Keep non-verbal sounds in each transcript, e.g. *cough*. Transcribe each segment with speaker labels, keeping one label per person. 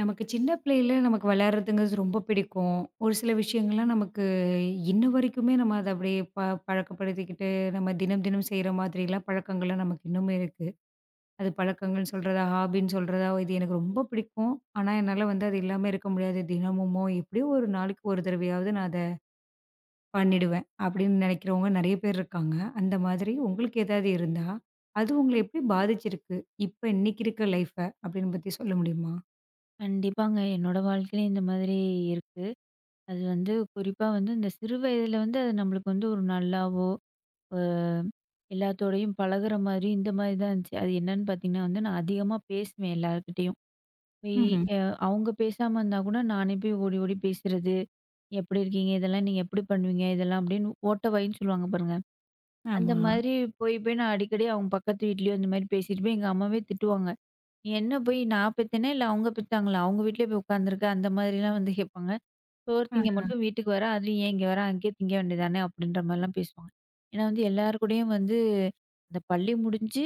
Speaker 1: நமக்கு சின்ன பிள்ளையில நமக்கு விளையாடுறதுங்கிறது ரொம்ப பிடிக்கும். ஒரு சில விஷயங்கள்லாம் நமக்கு இன்ன வரைக்குமே நம்ம அத அப்படியே பழக்கப்படுத்திக்கிட்டு, நம்ம தினம் தினம் செய்ற மாதிரிலாம் பழக்கங்கள்லாம் நமக்கு இன்னுமே இருக்கு. அது பழக்கங்கள்ன்னு சொல்றதா, ஹாபின்னு சொல்றதா, இது எனக்கு ரொம்ப பிடிக்கும். ஆனா, என்னால வந்து அது இல்லாம இருக்க முடியாது. தினமுமோ எப்படியோ ஒரு நாளைக்கு ஒரு தடவையாவது நான் அத பண்ணிடுவேன். அப்படின்னு நினைக்கிறவங்க நெறைய பேர் இருக்காங்க. அந்த மாதிரி உங்களுக்கு ஏதாவது இருந்தா, அது உங்கள எப்படி பாதிச்சிருக்கு? இப்ப இன்னைக்கு இருக்க லைஃப அப்படின்னு பத்தி சொல்ல முடியுமா?
Speaker 2: கண்டிப்பாங்க. என்னோட வாழ்க்கையிலயும் இந்த மாதிரி இருக்கு. அது வந்து குறிப்பா வந்து இந்த சிறு வயதில வந்து அது நம்மளுக்கு வந்து ஒரு நல்லாவோ, அ எல்லாத்தோடையும் பழகுற மாதிரி இந்த மாதிரி தான் இருந்துச்சு. அது என்னன்னு பார்த்தீங்கன்னா வந்து, நான் அதிகமா பேசுவேன் எல்லார்கிட்டயும். போய்
Speaker 1: ம்ஹ்ம்.
Speaker 2: அ அவங்க பேசாம இருந்தா கூட நானே போய் ஓடி ஓடி பேசுறது. "எப்படி இருக்கீங்க? இதெல்லாம் நீங்க எப்படி பண்ணுவீங்க? இதெல்லாம்" அப்படின்னு ஓட்ட வாயின்னு சொல்லுவாங்க பாருங்க. அந்த
Speaker 1: ஆமா.
Speaker 2: மாதிரி போய் போய் நான் அடிக்கடி அவங்க பக்கத்து வீட்லயோ இந்த மாதிரி பேசிட்டு போய் எங்க அம்மாவே திட்டுவாங்க. "நீ என்ன போய் நான் பெத்தேனா? இல்ல அவங்க பெத்தாங்களா? அவங்க வீட்லயே போய் உட்காந்துருக்க" அந்த மாதிரிலாம் வந்து கேட்பாங்க. சோறு திங்க மட்டும் வீட்டுக்கு வர, அதுலயும் ஏன் இங்க வர? அங்கேயே திங்க வேண்டியதானே! அப்படின்ற மாரிலாம் பேசுவாங்க. ஏன்னா வந்து எல்லார் கூடயும் வந்து அந்த பள்ளி முடிஞ்சு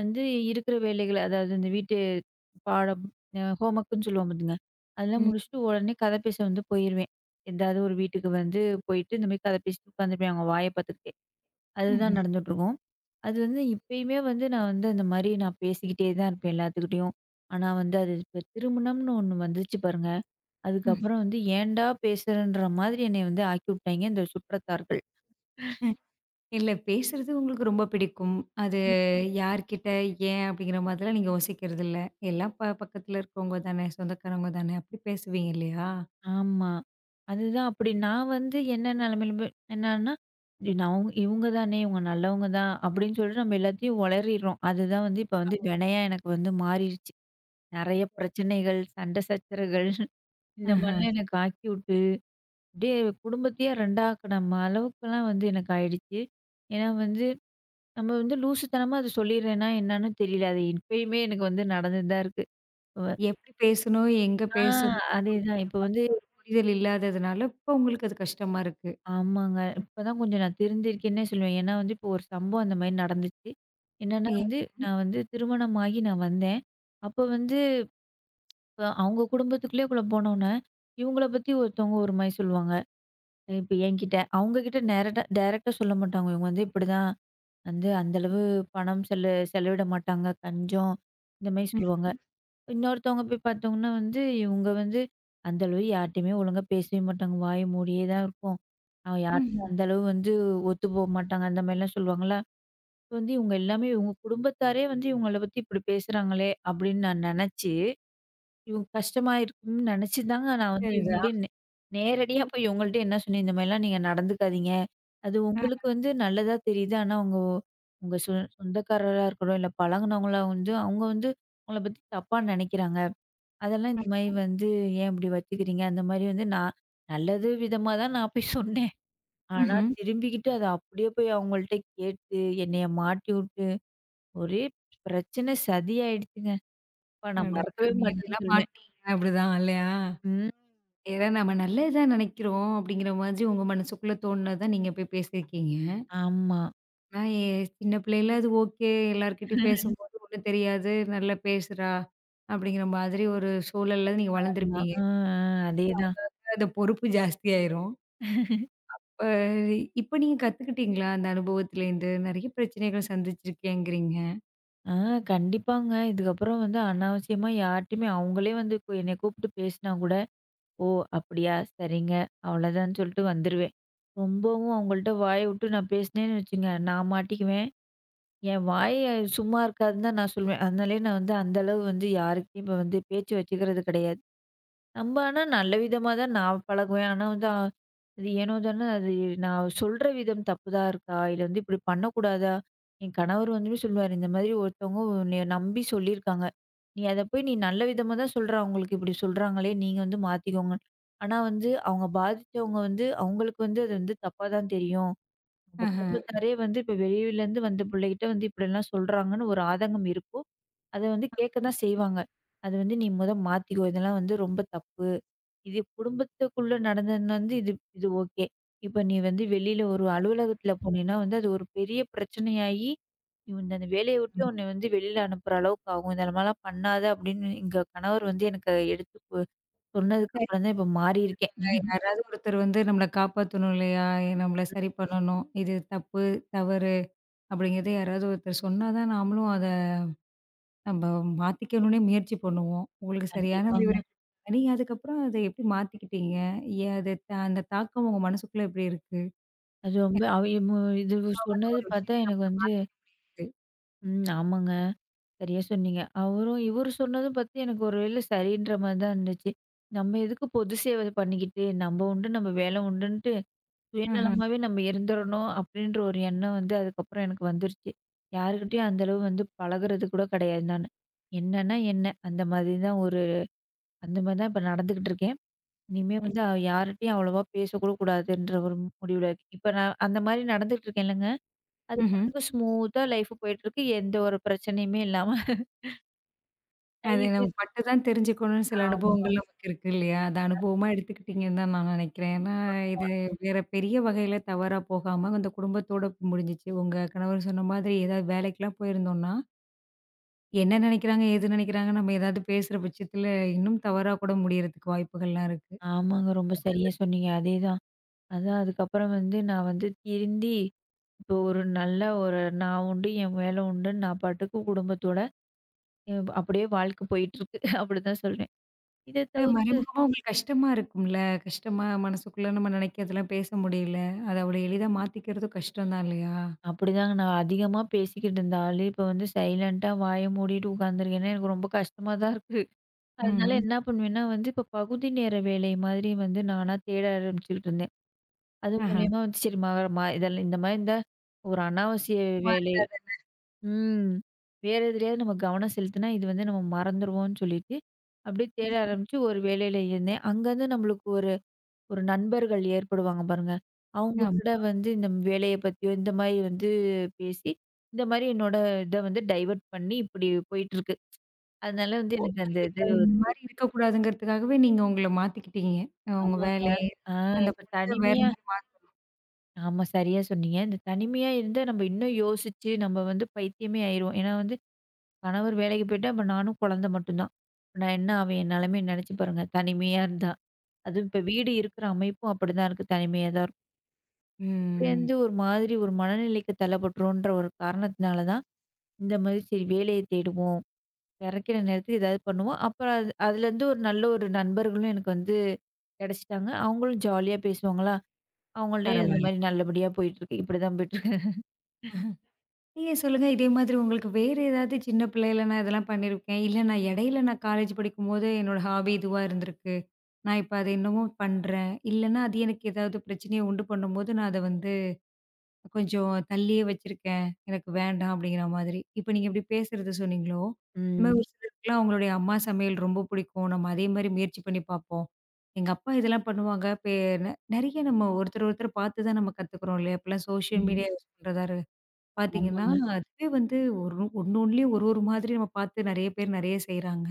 Speaker 2: வந்து இருக்கிற வேலைகள், அதாவது இந்த வீட்டு பாடம், ஹோம் ஒர்க்குன்னு சொல்லுவோம் பாத்துங்க.
Speaker 1: ஆ.
Speaker 2: அதெல்லாம் முடிச்சுட்டு உடனே கதை பேச வந்து போயிருவேன். எதாவது ஒரு வீட்டுக்கு வந்து போயிட்டு இந்த மாரி கதை பேசிட்டு உட்காந்துருப்பேன் அவங்க வாய பாத்துக்கிட்டே. அதுதான்
Speaker 1: ம்ஹ்ம்.
Speaker 2: நடந்துட்டுருக்கும். அது வந்து இப்பயுமே வந்து நான் வந்து அந்த மாரி நான் பேசிக்கிட்டே தான் இருப்பேன் எல்லாத்துக்கிட்டயும். ஆனா வந்து அது இப்ப திருமணம்னு ஒண்ணு வந்துச்சு பாருங்க.
Speaker 1: ம்.
Speaker 2: அதுக்கப்புறம் வந்து ஏன்டா பேசுறன்ற மாதிரி என்னைய வந்து ஆக்கிவுட்டாய்ங்க இந்த சுற்றத்தார்கள்.
Speaker 1: அ இல்ல பேசுறது உங்களுக்கு ரொம்ப பிடிக்கும். அது யார்கிட்ட, ஏன் அப்படிங்கிற மாதிரிலாம் நீங்க யோசிக்கிறது இல்ல. எல்லாம் பக்கத்துல இருக்கவங்க தானே, சொந்தக்காரவங்க தானே அப்படி பேசுவீங்க இல்லையா?
Speaker 2: ஆமா. அதுதான் அப்படி நான் வந்து என்ன நெலைமையில போய் என்னன்னா, "இது நான் அவங்க இவங்க தானே, இவங்க நல்லவங்க தான்" அப்படின்னு சொல்லிட்டு நம்ம எல்லாத்தையும் ஒளறிர்றோம். அதுதான் வந்து இப்ப வந்து வினையா எனக்கு வந்து மாறிருச்சு. நெறைய பிரச்சனைகள், சண்டை சச்சரவுகள் *laughs* இந்த
Speaker 1: ஆஹ.
Speaker 2: மாரிலாம் எனக்கு ஆக்கிவுட்டு, அப்படியே குடும்பத்தையே 2 ஆக்குன அளவுக்குலாம் வந்து எனக்கு ஆயிடுச்சு. ஏன்னா வந்து நம்ம வந்து லூசுத்தனமா அத சொல்லிர்றேன்னா என்னன்னு தெரியல. அது இப்பயுமே எனக்கு வந்து நடந்துட்டு தான் இருக்கு.
Speaker 1: எப்படி பேசணும், எங்க
Speaker 2: ஆ
Speaker 1: பேசணும்
Speaker 2: அதேதான்.
Speaker 1: அப்படிங்கிற
Speaker 2: இப்ப வந்து
Speaker 1: மாதிரி ஒரு புரிதல் இல்லாததுனால, இப்போ உங்களுக்கு அது கஷ்டமா இருக்கு.
Speaker 2: ஆமாங்க. இப்பதான் கொஞ்சம் நான் திருந்திருக்கேன்னே சொல்லுவேன். ஏன்னா வந்து இப்போ ஒரு சம்பவம் அந்த மாரி நடந்துச்சு. என்னன்னா
Speaker 1: ஏன்?
Speaker 2: வந்து, நான் வந்து திருமணமாகி நான் வந்தேன். அப்ப வந்து அவங்க குடும்பத்துக்குள்ளேக்குள்ள போனோனே, இவங்கள பத்தி ஒருத்தவங்க ஒரு மாரி சொல்லுவாங்க. இப்ப என்கிட்ட. அவங்ககிட்ட நேரட்டா டைரக்ட்டா சொல்ல மாட்டாங்க. இவங்க வந்து இப்படிதான் வந்து அந்த அளவு பணம் செலவிட மாட்டாங்க. கஞ்சம். இந்த மாரி
Speaker 1: ம்.
Speaker 2: சொல்லுவாங்க. இன்னொருத்தவங்க போய் பார்த்தோம்னா வந்து, இவங்க வந்து அந்த அளவு யார்ட்டயுமே ஒழுங்கா பேசவே மாட்டாங்க. வாய மூடியே தான் இருக்கும். அவன்
Speaker 1: ம்ஹ்ம்.
Speaker 2: யார்ட்டயும் அந்த அளவு வந்து ஒத்து போக மாட்டாங்க. அந்த மாதிரிலாம் சொல்லுவாங்களா. இப்ப வந்து இவங்க எல்லாமே இவங்க குடும்பத்தாரே வந்து இவங்கள பத்தி இப்படி பேசுறாங்களே அப்படின்னு நான் நெனச்சு, இவங்க கஷ்டமா இருக்கும்னு நெனச்சு தாங்க நான் வந்து
Speaker 1: சரிதான்.
Speaker 2: இவங்கள்ட்டயே நேரடியா போய் இவங்கள்ட்ட என்ன சொன்னேன், இந்த மாதிரிலாம் நீங்க நடந்துக்காதீங்க. அது
Speaker 1: அ,
Speaker 2: உங்களுக்கு வந்து நல்லதா தெரியுது. ஆனா உங்க உங்க சொ சொந்தக்காரரா இருக்கட்டும், இல்ல பழகுனவங்களா வந்து அவங்க வந்து உங்கள பத்தி தப்பா நெனைக்கிறாங்க. அதெல்லாம்
Speaker 1: அ.
Speaker 2: இந்த மாரி வந்து "ஏன் இப்படி வச்சுக்கிறீங்க?" அந்த மாரி வந்து நான் நல்லது விதமா தான் நான் போய் சொன்னேன். ஆனா
Speaker 1: ம்ஹ்ம்.
Speaker 2: திரும்பிக்கிட்டு அத அப்படியே போய் அவங்கள்ட்ட கேட்டு, என்னைய மாட்டி விட்டு, ஒரே பிரச்சனை சதியாயிடுச்சுங்க. அப்பா நான்
Speaker 1: அட
Speaker 2: மறக்கவே
Speaker 1: சாமி!
Speaker 2: மாட்டேன்னு
Speaker 1: நல்லா
Speaker 2: சொல்வேன்.
Speaker 1: மாட்டினீங்க அப்படிதான் இல்லையா?
Speaker 2: ம்.
Speaker 1: ஏன்னா நம்ம நல்லது தான் நினைக்கிறோம் அப்படிங்கிற மாதிரி உங்க மனசுக்குள்ள தோணுனது தான் நீங்க போய் பேசியிருக்கீங்க.
Speaker 2: ஆமா.
Speaker 1: நான் சின்ன பிள்ளையில அது ஓகே. எல்லார்கிட்டயும் பேசும்போது ஒண்ணும் தெரியாது. நல்லா பேசுறா, அப்படிங்கிற மாதிரி ஒரு சூழல்ல நீங்க
Speaker 2: ஆமா.
Speaker 1: வளர்ந்துருப்பீங்க.
Speaker 2: ஆ, ஆ. அதேதான்.
Speaker 1: அங்க அந்த பொறுப்பு ஜாஸ்தியாயிரும். அ இப்ப நீங்க கத்துக்கிட்டீங்களா? அந்த அனுபவத்திலேருந்து நெறைய பிரச்சனைகள் சந்திச்சிருக்கேங்கிறீங்க.
Speaker 2: ஆ கண்டிப்பாங்க. இதுக்கப்புறம் வந்து அனாவசியமா யார்ட்டயுமே அவங்களே வந்து இப்ப என்னைய கூப்பிட்டு பேசினா கூட, "ஓ! அப்படியா? சரிங்க." அவ்வளோதான்னு சொல்லிட்டு வந்துருவேன். ரொம்பவும் அவங்கள்ட்ட வாய விட்டு நான் பேசினேன்னு வச்சுங்க, நான் மாட்டிக்குவேன். என் வாய் சும்மா இருக்காதுன்னு தான் நான் சொல்லுவேன். அதனாலேயே நான் வந்து அந்த அளவு வந்து யாருக்கிட்டயும் இப்ப வந்து பேச்சு வச்சுக்கிறது கிடையாது. நம்ம ஆனா நல்ல விதமா தான் நான் பழகுவேன். ஆனா வந்து அது ஏனோ தானோ அது நான் சொல்ற விதம் தப்பு தான் இருக்கா? இல்ல வந்து இப்படி பண்ணக்கூடாதா? என் கணவர் வந்துமே சொல்லுவாரு, "இந்த மாதிரி ஒருத்தவங்க உன்னைய நம்பி சொல்லியிருக்காங்க. நீ அத போய் நீ நல்ல விதமா தான் சொல்ற. அவங்களுக்கு இப்படி சொல்றாங்களே! நீங்க வந்து மாத்திக்கோங்க." ஆனா வந்து அவங்க பாதிச்சவங்க வந்து அவங்களுக்கு வந்து அது வந்து தப்பா தான் தெரியும். உங்க
Speaker 1: ஆஹா.
Speaker 2: குடும்பத்தாரே வந்து இப்ப வெளியிலேருந்து வந்த பிள்ளைகிட்ட வந்து இப்படிலாம் சொல்றாங்கன்னு ஒரு ஆதங்கம் இருக்கும். அத வந்து கேட்க தான் செய்வாங்க. அது வந்து நீ மொத மாத்திக்கோ. இதெல்லாம் வந்து ரொம்ப தப்பு. இது குடும்பத்துக்குள்ள நடந்ததுன்னா வந்து இது இது ஓகே. இப்ப நீ வந்து வெளியில ஒரு அலுவலகத்துல போனீன்னா வந்து அது ஒரு பெரிய பிரச்சனையாயி, நீ வந்து அந்த வேலைய விட்டு
Speaker 1: ம்.
Speaker 2: உன்னை வந்து வெளியில அனுப்புற அளவுக்கு ஆகும். இந்த மாரிலாம் பண்ணாத அப்படின்னு எங்க கணவர் வந்து எனக்கு எடுத்து சொன்னதுக்கு
Speaker 1: சரி.
Speaker 2: அப்புறம் தான் இப்ப மாறியிருக்கேன். *laughs*
Speaker 1: யாராவது ஒருத்தர் வந்து நம்மள காப்பாத்தணும் இல்லையா? நம்மள சரி பண்ணணும். இது தப்பு, தவறு அப்படிங்கிறத யாராவது ஒருத்தர் சொன்னா தான் நாமளும் அத நம்ம மாத்திக்கணும்னே முயற்சி பண்ணுவோம். உங்களுக்கு சரியான அறிவுரை
Speaker 2: கண்டிப்பாங்க.
Speaker 1: கொடுத்தாங்க. நீங்க அதுக்கப்புறம் அத எப்படி மாத்திக்கிட்டீங்க? ஏன் அது அந்த தாக்கம் உங்க மனசுக்குள்ள எப்படி இருக்கு?
Speaker 2: அது ரொம்ப அவ இது
Speaker 1: வர்ற
Speaker 2: சொன்னது
Speaker 1: ஒரு
Speaker 2: பார்த்தா
Speaker 1: விஷயத்த
Speaker 2: எனக்கு
Speaker 1: நம்மளால
Speaker 2: வந்து
Speaker 1: மாத்திக்க முடியாது.
Speaker 2: ம். ஆமாங்க. சரியா சொன்னீங்க. அவரும் இவரு சொன்னதும் பார்த்து எனக்கு ஒரு வேளை சரின்ற மாரி தான் இருந்துச்சு. நம்ம எதுக்கு பொது சேவை பண்ணிக்கிட்டு, நம்ம உண்டு, நம்ம வேலை உண்டுன்ட்டு
Speaker 1: ஆஹா.
Speaker 2: சுயநலமாவே நம்ம இருந்துறணும் அப்படின்ற ஒரு எண்ணம் வந்து அதுக்கப்புறம் எனக்கு வந்துருச்சு. யாருக்கிட்டயும் அந்த அளவு வந்து பழகுறது கூட கிடையாது நானு. என்னன்னா என்ன, அந்த மாதிரி தான் ஒரு அந்த மாதிரி தான் இப்ப நடந்துகிட்டு இருக்கேன். இனிமே
Speaker 1: ம்.
Speaker 2: வந்து யார்கிட்டயும் அவ்வளவா பேசக்கூட கூடாதுன்ற ஒரு முடிவுல இருக்கேன். இப்ப நான் அந்த மாதிரி நடந்துகிட்டு இருக்கேன் இல்லங்க, அது
Speaker 1: ம்ஹ்ம்.
Speaker 2: பாட்டுக்கு ஸ்மூத்தா லைஃப் போயிட்டுருக்கு. எந்த ஒரு பிரச்சனையுமே இல்லாம.
Speaker 1: அது நம்ம
Speaker 2: *laughs*
Speaker 1: பட்டு தான் தெரிஞ்சுக்கணும்னு சில
Speaker 2: ஆமா.
Speaker 1: அனுபவங்கள் நமக்கு இருக்கு இல்லையா? அத அனுபவமா எடுத்துக்கிட்டீங்கன்னு தான் நான் நெனைக்கிறேன். ஏன்னா இது வேற பெரிய வகையில தவறா போகாம அந்த குடும்பத்தோட முடிஞ்சுச்சு. உங்க கணவர் சொன்ன மாதிரி ஏதாவது வேலைக்கெல்லாம் போயிருந்தோம்னா என்ன நினைக்கிறாங்க, ஏது நினைக்கிறாங்க, நம்ம ஏதாவது பேசுற பட்சத்தில இன்னும் தவறா கூட முடியறதுக்கு வாய்ப்புகள்லாம் இருக்கு.
Speaker 2: ஆமாங்க. ரொம்ப சரியா சொன்னீங்க. அதேதான். அதான் அதுக்கப்புறம் வந்து நான் வந்து திருந்தி, இப்போ ஒரு நல்ல ஒரு நான் உண்டு, என் வேலை உண்டுன்னு நான் பாட்டுக்கு குடும்பத்தோட அப்படியே வாழ்க்கை போயிட்டுருக்கு. *laughs* அப்படிதான் சொல்றேன். இத தவிர்த்து
Speaker 1: மறைமுகமா உங்களுக்கு கஷ்டமா இருக்கும்ல? கஷ்டமா மனசுக்குள்ள நம்ம நினைக்கிறதெல்லாம் பேச முடியல. அத அவ்வளோ எளிதா மாத்திக்கிறதும் கஷ்டம் தான் இல்லையா?
Speaker 2: அப்படிதாங்க நான் அதிகமா பேசிக்கிட்டு இருந்தாலே, இப்போ வந்து சைலன்ட்டா வாய மூடிட்டு உட்காந்துருக்கேன்னா, எனக்கு ரொம்ப கஷ்டமா தான் இருக்கு. அதனால
Speaker 1: ம்ஹ்ம்.
Speaker 2: என்ன பண்ணுவேன்னா வந்து, இப்போ பகுதி நேர வேலை மாதிரி வந்து நானா தேட ஆரம்பிச்சுக்கிட்டு இருந்தேன். அது
Speaker 1: ஆஹா.
Speaker 2: மூலியமா வந்து சரி ம ம இதெல்லாம் இந்த மாரி இருந்தா ஒரு அனாவசிய
Speaker 1: சும்மா
Speaker 2: வேலை
Speaker 1: இருந்தா தானே.
Speaker 2: ம். வேற எதுலயாவது நம்ம கவனம் செலுத்தினா, இது வந்து நம்ம மறந்துருவோம்னு சொல்லிட்டு, அப்படியே தேட ஆரம்பிச்சு ஒரு வேலையில இருந்தேன். அங்கருந்து நம்மளுக்கு ஒரு ஒரு நண்பர்கள் ஏற்படுவாங்க பாருங்க. அவங்க ம். கூட
Speaker 1: ஆமா.
Speaker 2: வந்து இந்த வேலைய பத்தியோ, இந்த மாரி வந்து பேசி, இந்த மாரி என்னோட இத வந்து டைவர்ட் பண்ணி இப்படி போயிட்டுருக்கு. அதனால வந்து
Speaker 1: ஒரு
Speaker 2: எனக்கு அந்த
Speaker 1: வித இந்த மாரி இருக்கக்கூடாதுங்கிறதுக்காகவே நீங்க உங்கள மாத்திக்கிட்டீங்க. உங்க
Speaker 2: ஆமாங்க.
Speaker 1: வேலை,
Speaker 2: ஆ
Speaker 1: அந்த
Speaker 2: இப்ப
Speaker 1: பொழுத வேற
Speaker 2: தனிமையா
Speaker 1: மாரி
Speaker 2: ஆமா சரியா சொன்னீங்க. இந்த தனிமையா இருந்தா நம்ம இன்னும் யோசிச்சு, நம்ம வந்து பைத்தியமே ஆயிருவோம். ஏன்னா வந்து கணவர் வேலைக்கு போயிட்டா, அப்ப நானும் குழந்தை மட்டும்தான். இப்ப நான் என்ன அவன் என் நெலைமைய நெனச்சு பாருங்க. தனிமையா இருந்தா. அதுவும் இப்ப வீடு இருக்கிற அமைப்பும் அப்படிதான் இருக்கு. தனிமையா தான் இருக்கும். இப்படி
Speaker 1: ம்.
Speaker 2: வந்து ஒரு மாதிரி ஒரு மனநிலைக்கு தள்ளப்பட்டுருவோன்ற ஒரு காரணத்தினால தான், இந்த மாதிரி சரி வேலைய தேடுவோம். கெடைக்கிற நேரத்துக்கு ஏதாவது பண்ணுவோம். அப்புறம் அது அதுலேருந்து ஒரு நல்ல ஒரு நண்பர்களும் எனக்கு வந்து கெடைச்சிட்டாங்க. அவங்களும் ஜாலியா பேசுவாங்களா, அவங்கள்ட்ட இந்த
Speaker 1: பரவால்ல.
Speaker 2: மாரி நல்லபடியா போயிட்டுருக்கு. இப்படிதான் போயிட்டுருக்கு.
Speaker 1: நீங்க சொல்லுங்க, இதே மாதிரி உங்களுக்கு வேற ஏதாவது சின்ன பிள்ளையில நான் இதெல்லாம் பண்ணியிருக்கேன். இல்ல நான் இடையில நான் காலேஜ் படிக்கும்போது என்னோட ஹாபி இதுவா இருந்திருக்கு. நான் இப்ப அத இன்னமும் பண்றேன். இல்லன்னா அது எனக்கு ஏதாவது பிரச்சனைய உண்டு பண்ணும்போது, நான் அத வந்து கொஞ்சம் தள்ளியே வச்சிருக்கேன். எனக்கு வேண்டாம் அப்படிங்கிற மாதிரி. இப்ப நீங்க இப்படி பேசுறது சொன்னீங்களோ, இந்த மாரி
Speaker 2: ம்.
Speaker 1: ஒரு சிலருக்குலாம் அவங்களுடைய அம்மா சமையல் ரொம்ப பிடிக்கும். நம்ம அதே மாரி முயற்சி பண்ணி பார்ப்போம். எங்க அப்பா இதெல்லாம் பண்ணுவாங்க. பெ நெ நெறைய நம்ம ஒருத்தர் ஒருத்தர் பார்த்து தான் நம்ம கத்துக்குறோம் இல்லையா? இப்பலாம் சோஷியல்
Speaker 2: ம்.
Speaker 1: மீடியா யூஸ் பண்றதா பார்த்தீங்கன்னா,
Speaker 2: ஆமாங்க.
Speaker 1: அதுவே வந்து ஒரு ஒண்ணு ஒண்ணுலயும் ஒரு ஒரு மாதிரி நம்ம பார்த்து நெறைய பேர் நெறைய செய்றாங்க.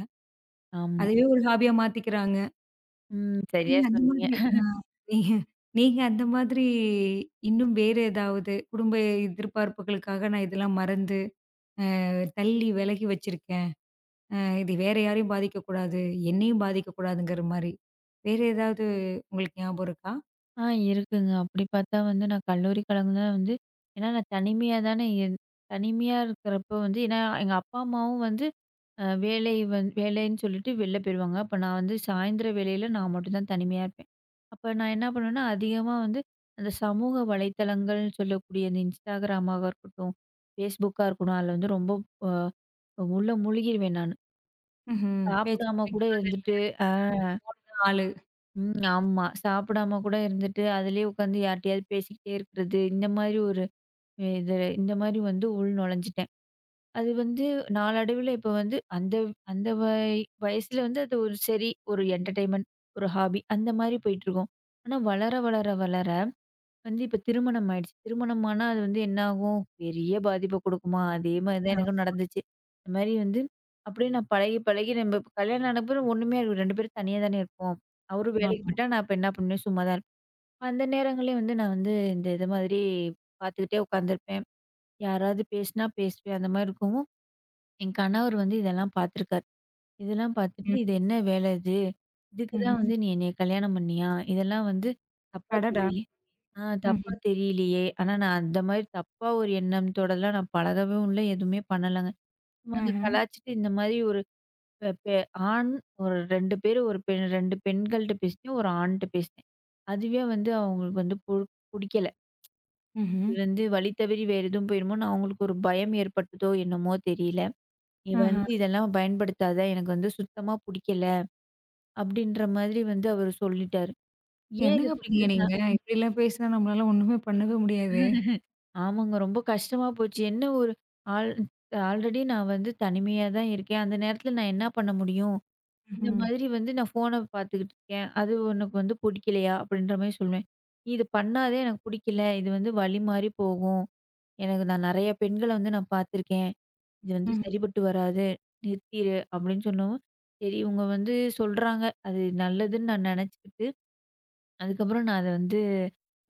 Speaker 2: ஆமா.
Speaker 1: அதுவே ஒரு ஹாபியா மாத்திக்கிறாங்க.
Speaker 2: ம். சரியா
Speaker 1: நீங்க அந்த
Speaker 2: சொன்னீங்க.
Speaker 1: மாதிரி நீங்க நீங்க அந்த மாதிரி இன்னும் வேற ஏதாவது குடும்ப எதிர்பார்ப்புகளுக்காக நான் இதெல்லாம் மறந்து, அ தள்ளி விலகி வச்சிருக்கேன். அ இது வேற யாரையும் பாதிக்கக்கூடாது, என்னையும் பாதிக்கக்கூடாதுங்கிற மாரி. வேற ஏதாவது உங்களுக்கு ஞாபகம் இருக்கா?
Speaker 2: ஆ இருக்குங்க. அப்படி பார்த்தா வந்து நான் கல்லூரி காலங்கள்ல வந்து ஏன்னா நான் தனிமையா தானே தனிமையா இருக்கிறப்ப வந்து ஏன்னா எங்க அப்பா, அம்மாவும் வந்து அ வேலை வந் வேலைன்னு சொல்லிட்டு வெளில போயிருவாங்க. அப்ப நான் வந்து சாயந்திர வேளையில நான் மட்டும் தான் தனிமையா இருப்பேன். அப்ப நான் என்ன பண்ணுவேன்னா, அதிகமா வந்து அந்த சமூக வலைத்தளங்கள்னு சொல்லக்கூடிய இந்த Instagramமாக இருக்கட்டும், Facebookஆ இருக்கட்டும், அதில வந்து ரொம்ப அ உள்ள முழுகிருவேன் நானு.
Speaker 1: ம்ஹ்ம். பேச்சு
Speaker 2: சாப்பிடாம கூட
Speaker 1: துணைக்கு ஆள் இல்ல.
Speaker 2: இருந்துட்டு ஆ.
Speaker 1: அப்பதான் ஆளு.
Speaker 2: ம். ஆமா. சாப்பிடாம கூட இருந்துட்டு, அதிலேயே உட்காந்து யார்ட்டயாவது பேசிக்கிட்டே இருக்கிறது. இந்த மாதிரி ஒரு இது இந்த மாதிரி வந்து உள் நுழைஞ்சுட்டேன். அது வந்து நாளடைவில இப்ப வந்து அந்த அந்த வயசுல வந்து அது ஒரு சரி, ஒரு என்டர்டெயின்மென்ட், ஒரு ஹாபி அந்த மாரி போயிட்டுருக்கும். ஆனா வளர, வளர, வளர வந்து இப்ப திருமணம் ஆயிடுச்சு. திருமணமானா அது வந்து என்ன ஆகும்? பெரிய பாதிப்ப குடுக்குமா? அதே மாரி தான்
Speaker 1: ஆ
Speaker 2: எனக்கும் நடந்துச்சு. இந்த மாரி வந்து அப்படியே நான் பழகி, பழகி நம்ம இப்ப கல்யாணம் ஆன பிறகு ஒண்ணுமே 2 பேரும் தனியா தானே இருப்போம். அவரும் வேலைக்கு
Speaker 1: ஆமா.
Speaker 2: போயிட்டா, நான் இப்ப என்ன பண்ணுவேன்? சும்மா தான் இருப்பேன். அந்த நேரங்களே வந்து நான் வந்து இந்த இது மாதிரி பார்த்துக்கிட்டே உட்காந்துருப்பேன். யாராவது பேசினா பேசுவேன். அந்த மாரி இருக்கவும், என் கணவர் வந்து இதெல்லாம் பார்த்துருக்காரு. இதெல்லாம் பார்த்துட்டு,
Speaker 1: ம்.
Speaker 2: "இது என்ன வேலை இது? இதுக்கு தான்
Speaker 1: ம்ஹ்ம்.
Speaker 2: வந்து நீ என்னைய கல்யாணம் பண்ணியா? இதெல்லாம் வந்து தப்பா
Speaker 1: அடடா!
Speaker 2: தெரியுது." ஆ தப்பா
Speaker 1: ம்ஹ்ம்.
Speaker 2: தெரியலையே! ஆனா நான் அந்த மாரி தப்பா ஒரு எண்ணத்தோடலாம் நான் பழகவும் இல்ல, எதுவுமே பண்ணலங்க. சும்மா இந்த
Speaker 1: ஆஹ.
Speaker 2: கலாய்ச்சுட்டு இந்த மாரி ஒரு பெ பெ ஆண் ஒரு 2 பேரு ஒரு பெண் 2 பெண்கள்ட்ட பேசினேன், ஒரு ஆண்ட்ட பேசினேன். அதுவே வந்து அவங்களுக்கு வந்து புடிக்கல.
Speaker 1: ம்ஹ்ம்.
Speaker 2: இது வந்து வழி தவறி வேற எதுவும் போயிருமோன்னு அவங்களுக்கு ஒரு பயம் ஏற்பட்டதோ என்னமோ தெரியல. "நீ
Speaker 1: ஆஹ.
Speaker 2: வந்து இதெல்லாம் பயன்படுத்தாத, எனக்கு வந்து சுத்தமா புடிக்கல." அப்படின்ற மாதிரி வந்து அவரு சொல்லிட்டாரு. ஏன் இது
Speaker 1: என்னங்க பண்ணீங்க
Speaker 2: புடிக்கல
Speaker 1: நீங்க? இப்படிலாம் பேசினா நம்மளால ஒண்ணுமே பண்ணவே முடியாது.
Speaker 2: ஆமாங்க. ரொம்ப கஷ்டமா போச்சு. என்ன ஒரு ஆல் ஆல்ரெடி நான் வந்து தனிமையா தான் இருக்கேன். அந்த நேரத்தில நான் என்ன பண்ண முடியும்? இந்த
Speaker 1: ம்ஹ்ம்.
Speaker 2: மாதிரி வந்து நான் ஃபோன பார்த்துக்கிட்டு இருக்கேன். அது உனக்கு வந்து பிடிக்கலையா? அப்படின்ற மாரி சொல்லுவேன். நீ இது பண்ணாதே எனக்கு பிடிக்கல. இது வந்து வலி மாரி போகும். எனக்கு நான் நெறைய பெண்கள வந்து நான் பார்த்துருக்கேன். இது வந்து
Speaker 1: ம்.
Speaker 2: சரிப்பட்டு வராது. நிறுத்திரு அப்படின்னு சொன்னவும், சரி இவங்க வந்து சொல்றாங்க. அது நல்லதுன்னு நான் நெனச்சுக்கிட்டு, அதுக்கப்புறம் நான் அத வந்து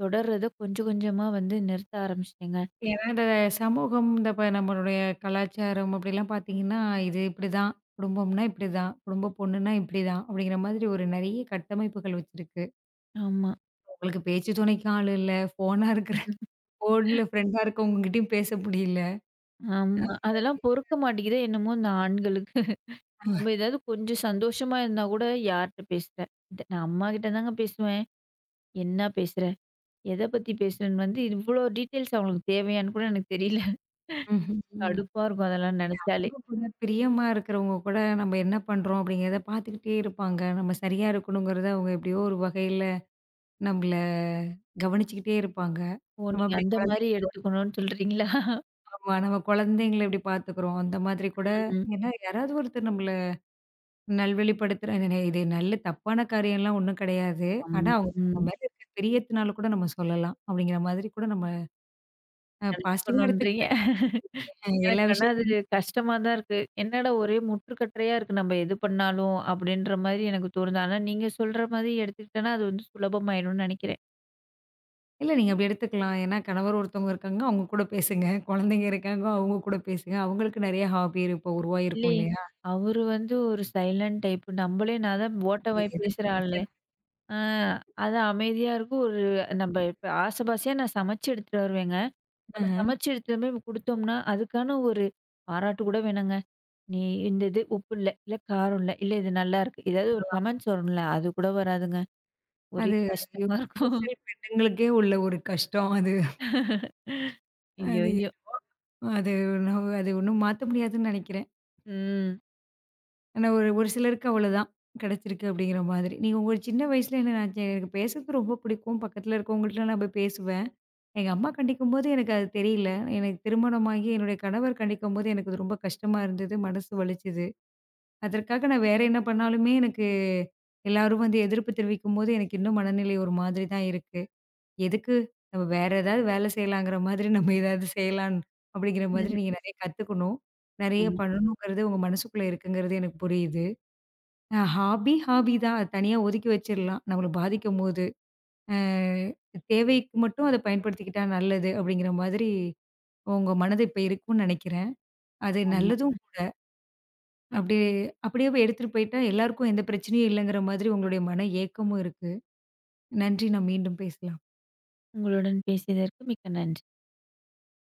Speaker 2: தொடர்றத கொஞ்சம் கொஞ்சமா வந்து நிறுத்த ஆரம்பிச்சுட்டேங்க.
Speaker 1: ஏன்னா, இந்த சமூகம் இந்த இப்ப நம்மளுடைய கலாச்சாரம் அப்படிலாம் பார்த்தீங்கன்னா, இது இப்படிதான், குடும்பம்னா இப்படிதான், குடும்ப பொண்ணுன்னா இப்படிதான் அப்படிங்கிற மாதிரி ஒரு நெறைய கட்டமைப்புகள் வச்சிருக்கு.
Speaker 2: ஆமா.
Speaker 1: உங்களுக்கு பேச்சு துணைக்கு ஆள் இல்ல, ஃபோனா இருக்கிற ஃபோன்ல ஃப்ரெண்டா இருக்கவங்ககிட்டயும் பேச முடியல.
Speaker 2: ஆமா. அதெல்லாம் பொறுக்க மாட்டேங்குதோ என்னமோ இந்த ஆண்களுக்கு. நம்ம ஏதாவது கொஞ்சம் சந்தோஷமா இருந்தா கூட யார்ட்ட பேசுற? நான் அம்மாகிட்ட தாங்க பேசுவேன். என்ன பேசுற? எத பத்தி பேசுறன்னு வந்து இவ்ளோ டீட்டெயில்ஸ் அவங்களுக்கு தேவையான்னு கூட எனக்கு தெரியல.
Speaker 1: ம்ஹ்ம். ம்.
Speaker 2: கடுப்பா இருக்கும் அதெல்லாம் நெனச்சாலே.
Speaker 1: நம்ம கூட பிரியமா இருக்கிறவங்க கூட நம்ம என்ன பண்றோம் அப்படிங்கிறத பார்த்துக்கிட்டே இருப்பாங்க. நம்ம சரியா இருக்கணுங்கிறத அவங்க எப்படியோ ஒரு வகையில நம்மள கவனிச்சுக்கிட்டே இருப்பாங்க.
Speaker 2: ஓ!
Speaker 1: நம்ம
Speaker 2: நீங்க
Speaker 1: அப்படி
Speaker 2: அந்த மாரி
Speaker 1: குழந்தைங்கள கவனி
Speaker 2: எடுத்துக்கணும்னு சொல்றீங்களா?
Speaker 1: ஆமா. நம்ம குழந்தைங்கள எப்படி பார்த்துக்கிறோம், அந்த மாதிரி கூட
Speaker 2: ம்.
Speaker 1: ஏன்னா யாராவது ஒருத்தர் நம்மள நல்வழிப்படுத்துற இது இது நல்ல தப்பான காரியம்லாம் ஒண்ணும் கிடையாது. ஆனா
Speaker 2: ஆமா.
Speaker 1: அவங்க
Speaker 2: ம்.
Speaker 1: நம்ம மேல இருக்கிற பிரியத்தினால கூட நம்ம சொல்லலாம். அப்படிங்கிற மாதிரி கூட நம்ம பாசிட்டிவா
Speaker 2: நெனச்சுக்கணுன்றீங்க.
Speaker 1: எடுத்துக்கலாம் எல்லா விஷயத்தையுமே. *laughs* எல்லா
Speaker 2: எனக்கு ஆனா அது
Speaker 1: விஷயத்தையுமே.
Speaker 2: கஷ்டமா தான் இருக்கு. என்னடா ஒரே முற்றுக்கட்டையா இருக்கு நம்ம எது பண்ணாலும், அப்படின்ற மாரி எனக்கு தோணுது. ஆனா நீங்க சொல்ற மாதிரி எடுத்துக்கிட்டேன்னா அது வந்து சுலபமாயிடும்னு நெனைக்கிறேன்.
Speaker 1: இல்ல நீங்க அப்படி எடுத்துக்கலாம். ஏன்னா கணவர் ஒருத்தவங்க இருக்காங்க, அவங்க கூட பேசுங்க. குழந்தைங்க இருக்காங்க, அவங்க கூட பேசுங்க. அவங்களுக்கு நெறைய ஹாபி இருக்கும் உருவாகிருக்கும்
Speaker 2: இல்லையே!
Speaker 1: இல்லையா?
Speaker 2: அவரு வந்து ஒரு சைலன்ட் டைப்பு. நம்மளே நான் தான்
Speaker 1: அது
Speaker 2: ஓட்டவாய்
Speaker 1: எதுங்க
Speaker 2: பேசுற ஆளு.
Speaker 1: பிரச்சனை?
Speaker 2: ஆ அது அமைதியா இருக்கும். ஒரு நம்ம இப்ப ஆசபாசையா நான் சமைச்சு எடுத்துட்டு வருவேங்க. நம்ம
Speaker 1: அஹ.
Speaker 2: சமைச்சு எடுத்துட்டு போய் குடுத்தோம்னா, அதுக்கான ஒரு பாராட்டு கூட வேணாங்க. "நீ இந்த இது உப்பு இல்ல, இல்ல காரம் இல்ல, இல்ல இது நல்லாயிருக்கு." ஏதாவது ஒரு கமெண்ட்ஸ் வரும்ல, அது கூட வராதுங்க. ஒரே
Speaker 1: அது
Speaker 2: கஷ்டமா இருக்கும்.
Speaker 1: பெண்களுக்கே உள்ள ஒரு கஷ்டம் அது. அது
Speaker 2: ஐயய்யோ!
Speaker 1: அது நான் அது ஒண்ணும் மாத்த முடியாதுன்னு நெனைக்கிறேன்.
Speaker 2: ம்.
Speaker 1: ஆனா ஒரு ஒரு சிலருக்கு அவ்வளதான். கிடைச்சிருக்கு அப்படிங்கிற மாதிரி. நீங்க உங்க சின்ன வயசுல எனக்கு பேசுறது ரொம்ப பிடிக்கும். பக்கத்துல இருக்கவங்கள்ட்டலாம் நான் போய் பேசுவேன். எங்க அம்மா கண்டிக்கும்போது எனக்கு அது தெரியல. எனக்கு திருமணமாகி என்னுடைய கணவர் கண்டிக்கும்போது எனக்கு அது ரொம்ப கஷ்டமா இருந்தது. மனசு வலிச்சது. அதற்காக நான் வேற என்ன பண்ணாலுமே எனக்கு எல்லாரும் வந்து எதிர்ப்பு தெரிவிக்கும்போது எனக்கு இன்னும் மனநிலை ஒரு மாதிரி தான் இருக்கு. எதுக்கு? நம்ம வேற ஏதாவது வேலை செய்யலாங்கிற மாதிரி நம்ம ஏதாவது செய்யலாம் அப்படிங்கிற மாதிரி நீங்க
Speaker 2: *laughs*
Speaker 1: நெறைய கத்துக்கணும். நெறைய
Speaker 2: ஆமா,
Speaker 1: பண்ணணுங்கிறது உங்க மனசுக்குள்ள இருக்குங்கிறது எனக்கு புரியுது. ஹாபி, ஹாபி தான். அது தனியா ஒதுக்கி வச்சிரலாம். நம்மள பாதிக்கும்போது. அ தேவைக்கு மட்டும் அத பயன்படுத்திக்கிட்டா நல்லது அப்படிங்கிற மாதிரி உங்க மனது இப்ப இருக்கும்னு நெனைக்கிறேன். அது
Speaker 2: ஆமா.
Speaker 1: நல்லதும் கூட. அப்படி அப்படியே போய் எடுத்துட்டு போயிட்டா எல்லாருக்கும் எந்த பிரச்சனையும் இல்லைங்கிற மாதிரி உங்களுடைய மன ஏக்கமும் இருக்கு. நன்றி. நான் மீண்டும் பேசலாம்.
Speaker 2: உங்களுடன் பேசியதற்கு மிக்க நன்றி.